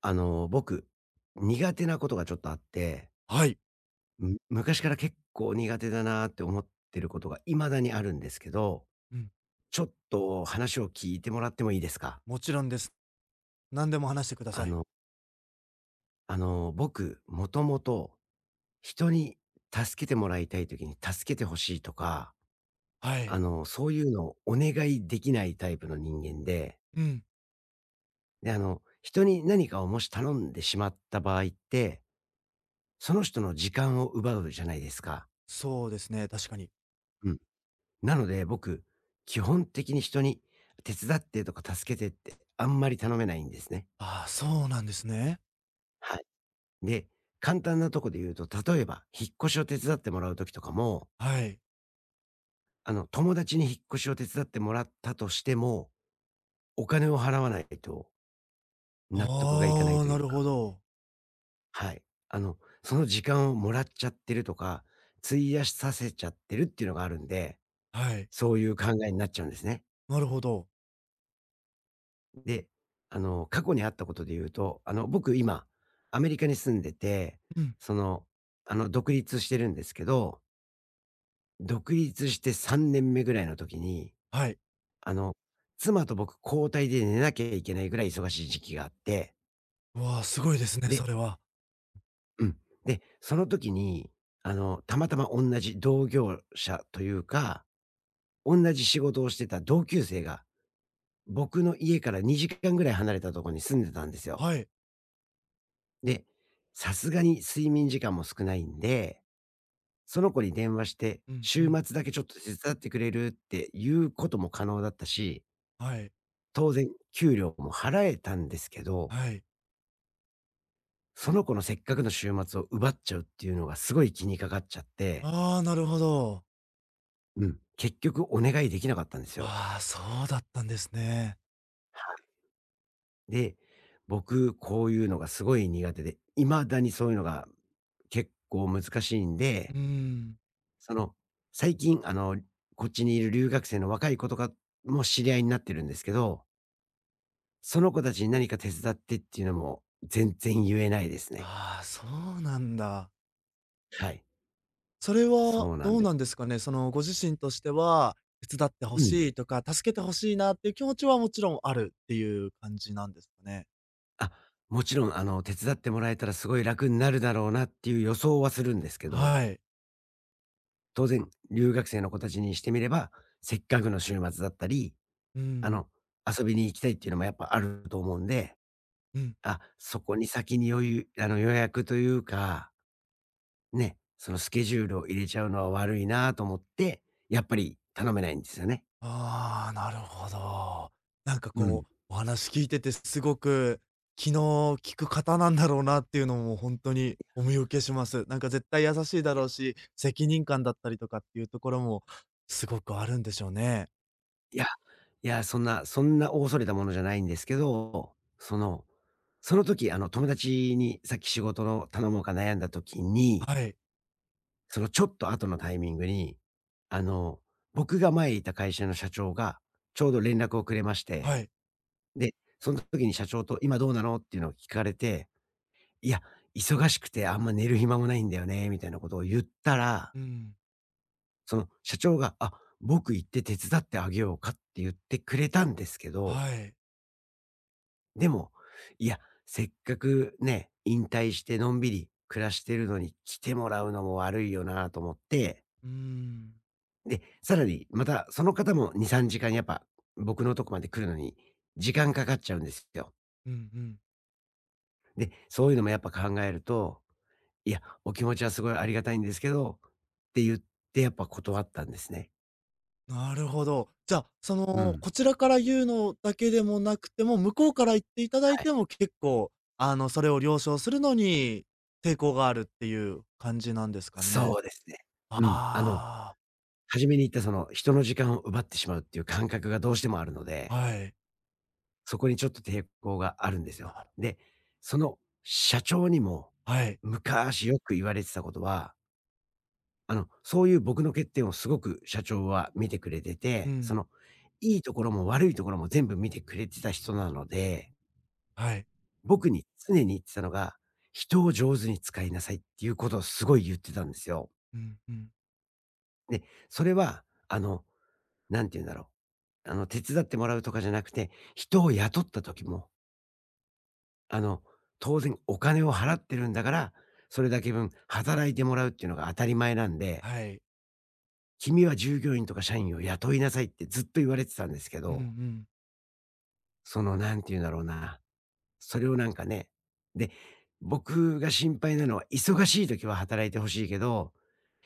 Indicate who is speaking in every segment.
Speaker 1: 僕、苦手なことがちょっとあって、
Speaker 2: はい。
Speaker 1: 昔から結構苦手だなって思ってることが未だにあるんですけど、
Speaker 2: うん、
Speaker 1: ちょっと話を聞いてもらってもいいですか？
Speaker 2: もちろんです。何でも話してくだ
Speaker 1: あ
Speaker 2: さい。
Speaker 1: の僕、もともと、人に助けてもらいたい時に助けてほしいとか、
Speaker 2: はい。
Speaker 1: そういうのをお願いできないタイプの人間で、
Speaker 2: うん、
Speaker 1: で、人に何かをもし頼んでしまった場合って、その人の時間を奪うじゃないですか。
Speaker 2: そうですね、確かに。
Speaker 1: うん。なので、僕、基本的に人に手伝ってとか助けてってあんまり頼めないんですね。
Speaker 2: ああ、そうなんですね。
Speaker 1: はい。で、簡単なとこで言うと、例えば、引っ越しを手伝ってもらう時とかも、
Speaker 2: はい。
Speaker 1: 友達に引っ越しを手伝ってもらったとしても、お金を払わないと納得がいかない
Speaker 2: ああ、
Speaker 1: とい
Speaker 2: な
Speaker 1: う
Speaker 2: る
Speaker 1: か、
Speaker 2: ほど。
Speaker 1: はい。あの、その時間をもらっちゃってるとか、費やさせちゃってるっていうのがあるんで、
Speaker 2: はい。
Speaker 1: そういう考えになっちゃうんですね。
Speaker 2: なるほど。
Speaker 1: で、過去にあったことで言うと、僕今、アメリカに住んでて、
Speaker 2: うん、
Speaker 1: その、独立してるんですけど、独立して3年目ぐらいの時に、
Speaker 2: はい。
Speaker 1: あの、妻と僕交代で寝なきゃいけないぐらい忙しい時期があって、
Speaker 2: うわあ、すごいですね、
Speaker 1: で
Speaker 2: それは。
Speaker 1: うん。で、その時に、たまたま同じ同業者というか、同じ仕事をしてた同級生が、僕の家から2時間ぐらい離れたところに住んでたんですよ。
Speaker 2: はい。
Speaker 1: で、さすがに睡眠時間も少ないんで、その子に電話して、
Speaker 2: うん、う
Speaker 1: 週
Speaker 2: ん。
Speaker 1: 末だけちょっと手伝ってくれるっていうことも可能だったし、
Speaker 2: はい。
Speaker 1: 当然給料も払えたんですけど、
Speaker 2: はい。
Speaker 1: その子のせっかくの週末を奪っちゃうっていうのがすごい気にかかっちゃって、
Speaker 2: ああ、なるほど。
Speaker 1: うん、結局お願いできなかったんですよ。
Speaker 2: ああ、そうだったんですね。
Speaker 1: はい。で、僕こういうのがすごい苦手で、未だにそういうのが結構難しいん
Speaker 2: う
Speaker 1: で、
Speaker 2: ーん。
Speaker 1: その、最近、こっちにいる留学生の若い子とかも知り合いになってるんですけど、その子たちに何か手伝ってっていうのも全然言えないですね。
Speaker 2: ああ、そうなんだ。
Speaker 1: はい。
Speaker 2: それは
Speaker 1: そうなん
Speaker 2: どう
Speaker 1: で
Speaker 2: な
Speaker 1: す。
Speaker 2: んですかね？その、ご自身としては、手伝ってほ
Speaker 1: うん。
Speaker 2: しいとか、助けてほしいなっていう気持ちはもちろんあるっていう感じなんですかね？
Speaker 1: あ、もちろん、手伝ってもらえたらすごい楽になるだろうなっていう予想はするんですけど、
Speaker 2: はい。
Speaker 1: 当然、留学生の子たちにしてみれば、せっかくの週末だったり、
Speaker 2: う
Speaker 1: あ
Speaker 2: ん、
Speaker 1: の、遊びに行きたいっていうのもやっぱあると思うんで、
Speaker 2: うん。
Speaker 1: あ、そこに先に余裕あの、予約というかね、そのスケジュールを入れちゃうのは悪いなと思って、やっぱり頼めないんですよね。
Speaker 2: ああ、なるほど。なんか
Speaker 1: うん。
Speaker 2: こう、お
Speaker 1: す
Speaker 2: 話聞いててすごく、気の利く方なんだろうなっていうのも本当にお見受けします。なんか絶対優しいだろうし、責任感だったりとかっていうところもすごくあるんでしょうね。
Speaker 1: いや、いや、そんな大それたものじゃないんですけど、その、その時、友達にさっき仕事の頼もうか悩んだ時に、
Speaker 2: はい、
Speaker 1: そのちょっと後のタイミングに、あの、僕が前いた会社の社長がちょうど連絡をくれまして、
Speaker 2: はい。
Speaker 1: で、その時に社長と「今どうなの？」っていうのを聞かれていや、忙しくてあんま寝る暇もないんだよね、みたいなことを言ったら、
Speaker 2: うん、
Speaker 1: その社長が、あ、僕行って手伝ってあげようかって言ってくれたんですけど、
Speaker 2: はい。
Speaker 1: でも、いや、せっかくね、引退してのんびり暮らしてるのに来てもらうのも悪いよなと思って、
Speaker 2: うん。
Speaker 1: で、さらにまたその方も2、3時間やっぱ僕のとこまで来るのに時間かかっちゃうんですよ。
Speaker 2: うんうん。
Speaker 1: で、そういうのもやっぱ考えると、いや、お気持ちはすごいありがたいんですけど、って言ってやっぱ断ったんですね。
Speaker 2: なるほど。じゃあ、そ
Speaker 1: う
Speaker 2: の、
Speaker 1: ん。
Speaker 2: こちらから言うのだけでもなくても、向こうから言っていただい
Speaker 1: はい。
Speaker 2: ても結構、あの、それを了承するのに抵抗があるっていう感じなんですか
Speaker 1: そ
Speaker 2: ね。
Speaker 1: うですね。うん。あの、
Speaker 2: あ
Speaker 1: 初めに言ったその人の時間を奪ってしまうっていう感覚がどうしてもあるの
Speaker 2: あ、
Speaker 1: で、
Speaker 2: はい。
Speaker 1: そこにちょっと抵抗があるんです
Speaker 2: な
Speaker 1: よ。
Speaker 2: る
Speaker 1: で、その社長にも
Speaker 2: はい。
Speaker 1: 昔よく言われてたことは、そういう僕の欠点をすごく社長は見てくれて
Speaker 2: う
Speaker 1: て、そ
Speaker 2: ん。
Speaker 1: の、いいところも悪いところも全部見てくれてた人なので
Speaker 2: はい。
Speaker 1: 僕に常に言ってたのが、人を上手に使いなさいっていうことをすごい言ってたんですよ。
Speaker 2: うんうん。
Speaker 1: で、それは、何て言うんだろう、手伝ってもらうとかじゃなくて、人を雇った時も、あの、当然お金を払ってるんだから、それだけ分働いてもらうっていうのが当たり前なんで、
Speaker 2: はい。
Speaker 1: 君は従業員とか社員を雇いなさいってずっと言われてたんですけ
Speaker 2: うんう
Speaker 1: ど、
Speaker 2: ん。
Speaker 1: その、何て言うんだろうな、それをなんかね、で、僕が心配なのは忙しい時は働いてほしいけど、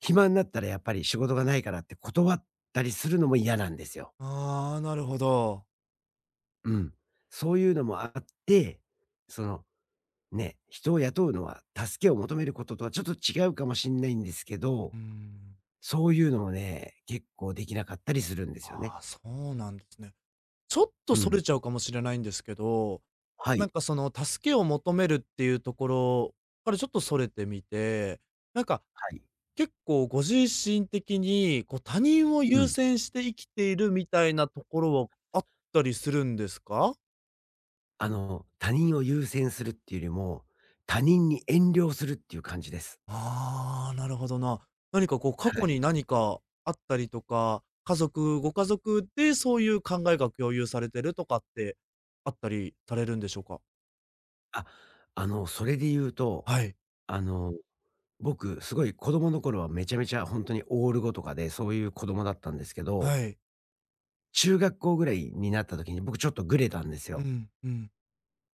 Speaker 1: 暇になったらやっぱり仕事がないからって断ったりするのも嫌なんですよ。
Speaker 2: ああ、なるほど。
Speaker 1: うん。そういうのもあって、その、ね、人を雇うのは助けを求めることとはちょっと違うかもしんないんですけ
Speaker 2: うー
Speaker 1: ど、
Speaker 2: ん。
Speaker 1: そういうのもね、結構できなかったりするんですよね。
Speaker 2: ああ、そうなんですね。ちょっ
Speaker 1: う
Speaker 2: とそれ
Speaker 1: ん。
Speaker 2: ちゃうかもしれないんですけど、
Speaker 1: は
Speaker 2: な
Speaker 1: い。
Speaker 2: んかその助けを求めるっていうところからちょっとそれてみて、なんか
Speaker 1: はい。
Speaker 2: 結構ご自身的にこう他人を
Speaker 1: う
Speaker 2: 優
Speaker 1: ん。
Speaker 2: 先して生きているみたいなところはあったりするんですか？
Speaker 1: あの、他人を優先するっていうよりも、他人に遠慮するっていう感じです。
Speaker 2: ああ、なるほどな。何かこう過
Speaker 1: は
Speaker 2: 去
Speaker 1: い。
Speaker 2: に何かあったりとか、家族ご家族でそういう考えが共有されてるとかってあったりされるんでしょうか？
Speaker 1: あ、それで言うと、
Speaker 2: はい、
Speaker 1: あの僕、すごい子供の頃はめちゃめちゃ本当にオール語とかで、そういう子供だったんですけ
Speaker 2: は
Speaker 1: ど、
Speaker 2: い。
Speaker 1: 中学校ぐらいになった時に僕ちょっとグレたんです
Speaker 2: う
Speaker 1: よ。
Speaker 2: ん、うん、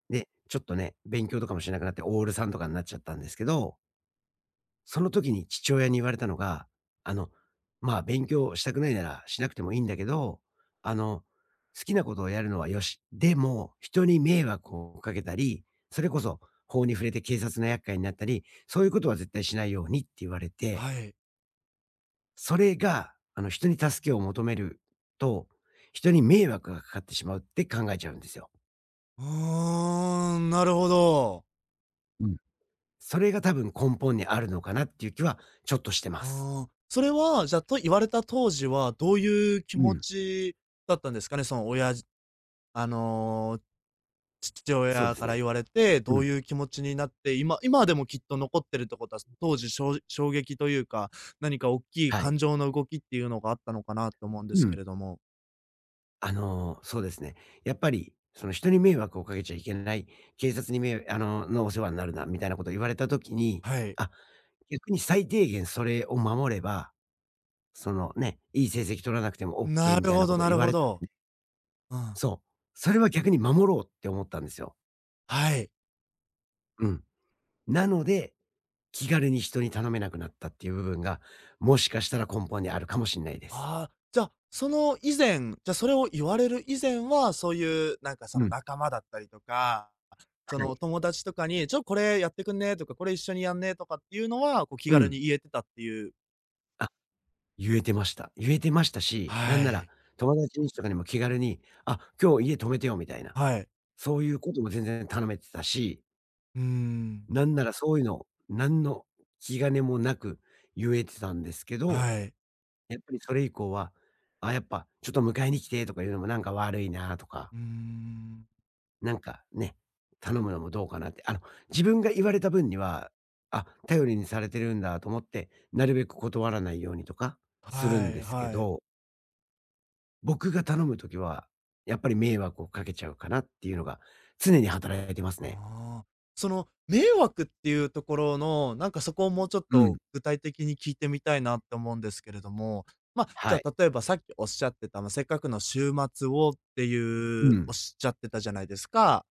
Speaker 1: で、ちょっとね、勉強とかもしなくなってオールさんとかになっちゃったんですけど、その時に父親に言われたのが、あの、まあ、勉強したくないならしなくてもいいんだけど、あの、好きなことをやるのはよし、でも人に迷惑をかけたり、それこそ法に触れて警察の厄介になったり、そういうことは絶対しないようにって言われて
Speaker 2: はい。
Speaker 1: それが、人に助けを求めると、人に迷惑がかかってしまうって考えちゃうんですよ。
Speaker 2: うーん、なるほど。
Speaker 1: うん。それが多分根本にあるのかなっていう気はちょっとしてます。
Speaker 2: ああ、それは、じゃあ、と言われた当時は、どういう気
Speaker 1: う
Speaker 2: 持
Speaker 1: ん。
Speaker 2: ちだったんですかね？その、あの、父
Speaker 1: そうで
Speaker 2: 親
Speaker 1: す
Speaker 2: から言
Speaker 1: ね。
Speaker 2: われて、
Speaker 1: う
Speaker 2: ど
Speaker 1: ん。
Speaker 2: ういう気持ちになって、今今でもきっと残ってるってことは、当時し衝撃というか、何か大きい
Speaker 1: は
Speaker 2: 感
Speaker 1: い。
Speaker 2: 情の動きっていうのがあったのかなと思うんで
Speaker 1: う
Speaker 2: すけ
Speaker 1: ん。
Speaker 2: れども。
Speaker 1: そうですね。やっぱり、その人に迷惑をかけちゃいけない、警察にめいあの、のお世話になるなみたいなことを言われた時に、
Speaker 2: はい。
Speaker 1: あ、逆に最低限それを守れば、そのね、いい成績取らなくてもオッケ
Speaker 2: な
Speaker 1: ーみ
Speaker 2: る
Speaker 1: たいな
Speaker 2: ほ
Speaker 1: こ
Speaker 2: ど、
Speaker 1: とを
Speaker 2: な
Speaker 1: 言
Speaker 2: る
Speaker 1: わ
Speaker 2: ほ
Speaker 1: れたん
Speaker 2: ど。
Speaker 1: で
Speaker 2: うん。
Speaker 1: そう。それは逆に守ろうって思ったんですよ。
Speaker 2: はい。
Speaker 1: うん。なので、気軽に人に頼めなくなったっていう部分が、もしかしたら根本にあるかもしんないです。
Speaker 2: ああ、じゃあ、その以前、じゃ、それを言われる以前は、そういうなんかそ
Speaker 1: う
Speaker 2: の
Speaker 1: ん。
Speaker 2: 仲間だったりとか、そ
Speaker 1: は
Speaker 2: の
Speaker 1: い。
Speaker 2: お友達とかに、これやってくんねとか、これ一緒にやんねとかっていうのは、こう気
Speaker 1: う
Speaker 2: 軽
Speaker 1: ん。
Speaker 2: に言えてたっていう。
Speaker 1: あ、言えてました。言えてましたし、なん
Speaker 2: は
Speaker 1: なら
Speaker 2: い。
Speaker 1: 友達にとかにも気軽に、「あ、今日家泊めてよ」みたいな、
Speaker 2: はい。
Speaker 1: そういうことも全然頼めてたし、
Speaker 2: うーん。
Speaker 1: なんならそういうの、なんの気兼ねもなく言えてたんですけど、
Speaker 2: はい。
Speaker 1: やっぱりそれ以降は、「あ、やっぱちょっと迎えに来て」とかいうのもなんか悪いなとか
Speaker 2: うーん。
Speaker 1: なんかね、頼むのもどうかなって。自分が言われた分には、あ、頼りにされてるんだと思って、なるべく断らないようにとかする
Speaker 2: は
Speaker 1: ん
Speaker 2: い、
Speaker 1: ですけ
Speaker 2: はい。
Speaker 1: ど、僕が頼むときは、やっぱり迷惑をかけちゃうかなっていうのが常に働いてますね。
Speaker 2: ああ。その迷惑っていうところの、なんかそこをもうちょっ
Speaker 1: うん。
Speaker 2: と具体的に聞いてみたいなって思うんですけれども、まあ、じ
Speaker 1: は
Speaker 2: ゃ
Speaker 1: い。
Speaker 2: あ例えばさっきおっしゃってた、まあ、せっかくの週末をって
Speaker 1: う
Speaker 2: いうおっ
Speaker 1: ん。
Speaker 2: しゃってたじゃないですか。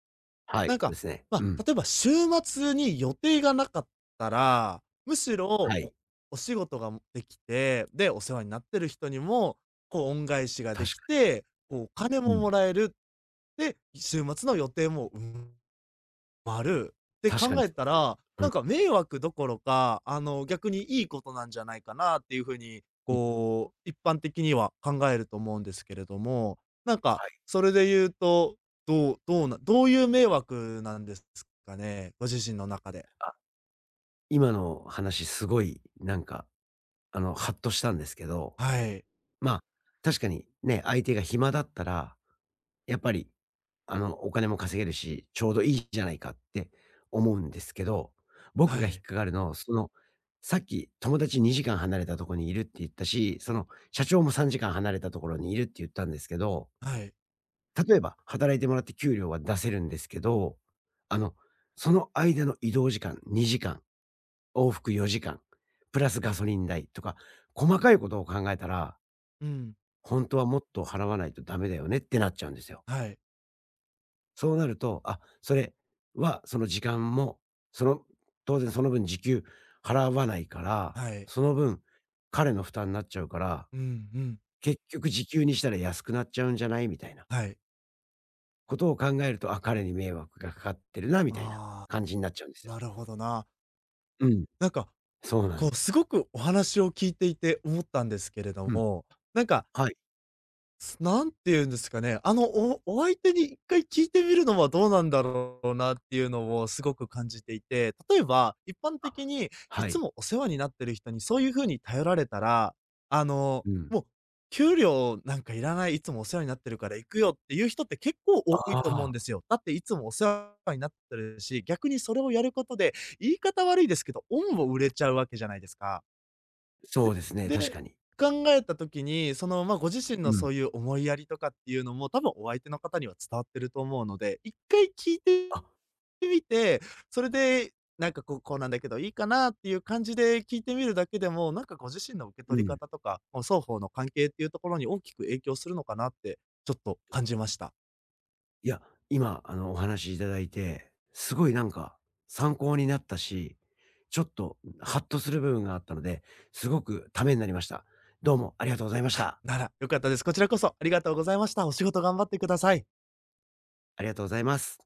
Speaker 1: はい、
Speaker 2: なん
Speaker 1: そうで
Speaker 2: か、
Speaker 1: すね。
Speaker 2: ま
Speaker 1: う
Speaker 2: あ、
Speaker 1: ん。
Speaker 2: 例えば週末に予定がなかったら、むしろ
Speaker 1: は
Speaker 2: お
Speaker 1: い。
Speaker 2: お仕事ができて、で、お世話になってる人にも、こう恩返しがで
Speaker 1: 確
Speaker 2: き
Speaker 1: か
Speaker 2: て、こうお金
Speaker 1: に。う
Speaker 2: もも
Speaker 1: ん。
Speaker 2: らえる、で、週末の予定も、まるって
Speaker 1: 確
Speaker 2: 考
Speaker 1: かに
Speaker 2: え
Speaker 1: そう
Speaker 2: た
Speaker 1: ですね。
Speaker 2: ら、
Speaker 1: うん。
Speaker 2: なんか迷惑どころか、あの、逆にいいことなんじゃないかなっていう風に、
Speaker 1: うん。
Speaker 2: こう、一般的には考えると思うんですけれども、なんか、
Speaker 1: はい。
Speaker 2: それで言うと、どういう迷惑なんですかね？ご自身の中で。
Speaker 1: あ、今の話すごいなんか、ハッとしたんですけど
Speaker 2: はい。
Speaker 1: まあ、確かにね、相手が暇だったら、やっぱり、お金も稼げるし、ちょうどいいじゃないかって思うんですけど、僕
Speaker 2: は
Speaker 1: が引っ
Speaker 2: い。
Speaker 1: かかるの、その、さっき友達2時間離れたところにいるって言ったし、その社長も3時間離れたところにいるって言ったんですけど、
Speaker 2: はい。
Speaker 1: 例えば働いてもらって給料は出せるんですけど、あの、その間の移動時間2時間、往復4時間、プラスガソリン代とか、細かいことを考えたら、
Speaker 2: うん。
Speaker 1: 本当はもっと払わないとダメだよねってなっちゃうんですよ。
Speaker 2: はい。
Speaker 1: そうなると、あ、それはその時間も、その当然その分時給払わないから、
Speaker 2: はい。
Speaker 1: その分、彼の負担になっちゃうから、
Speaker 2: うんうん。
Speaker 1: 結局時給にしたら安くなっちゃうんじゃないみたいな
Speaker 2: はい。
Speaker 1: ことを考えると、あ、彼に迷惑がかかってるなみたいな
Speaker 2: あ
Speaker 1: 感
Speaker 2: あ、
Speaker 1: じになっちゃうんですよ。
Speaker 2: なるほどな。
Speaker 1: うん、
Speaker 2: なんか、
Speaker 1: そうなん
Speaker 2: こ
Speaker 1: で
Speaker 2: う、
Speaker 1: す。
Speaker 2: すごくお話を聞いていて思ったんですけれど
Speaker 1: うん、
Speaker 2: も、なんか
Speaker 1: はい。
Speaker 2: すなんて言うんですかね、あの、お相手に一回聞いてみるのはどうなんだろうなっていうのをすごく感じていて、例えば、一般
Speaker 1: あ、
Speaker 2: 的にい
Speaker 1: は
Speaker 2: つ
Speaker 1: い。
Speaker 2: もお世話になってる人にそういう風に頼られたら、あの、
Speaker 1: うん。
Speaker 2: もう給料なんかいらない、いつもお世話になってるから行くよっていう人って結構多いと思う
Speaker 1: あ
Speaker 2: ん
Speaker 1: あ、
Speaker 2: ですよ。だっていつもお世話になってるし、逆にそれをやることで、言い方悪いですけど、恩を売れちゃうわけじゃないですか。
Speaker 1: そうですね、確
Speaker 2: で、
Speaker 1: かに。
Speaker 2: 考えた時に、その、まあ、ご自身の
Speaker 1: うん。
Speaker 2: そういう思いやりとかっていうのも、多分お相手の方には伝わってると思うので、一回聞いて
Speaker 1: あ、
Speaker 2: みて、それで、なんかこうこうなんだけどいいかなっていう感じで聞いてみるだけでも、なんかご自身の受け
Speaker 1: う
Speaker 2: 取り
Speaker 1: ん。
Speaker 2: 方とか、もう双方の関係っていうところに大きく影響するのかなって、ちょっと感じました。
Speaker 1: いや、今、お話しいただいて、すごいなんか参考になったし、ちょっとハッとする部分があったので、すごくためになりました。どうもありがとうございました。
Speaker 2: なら、良かったです。こちらこそありがとうございました。お仕事頑張ってください。
Speaker 1: ありがとうございます。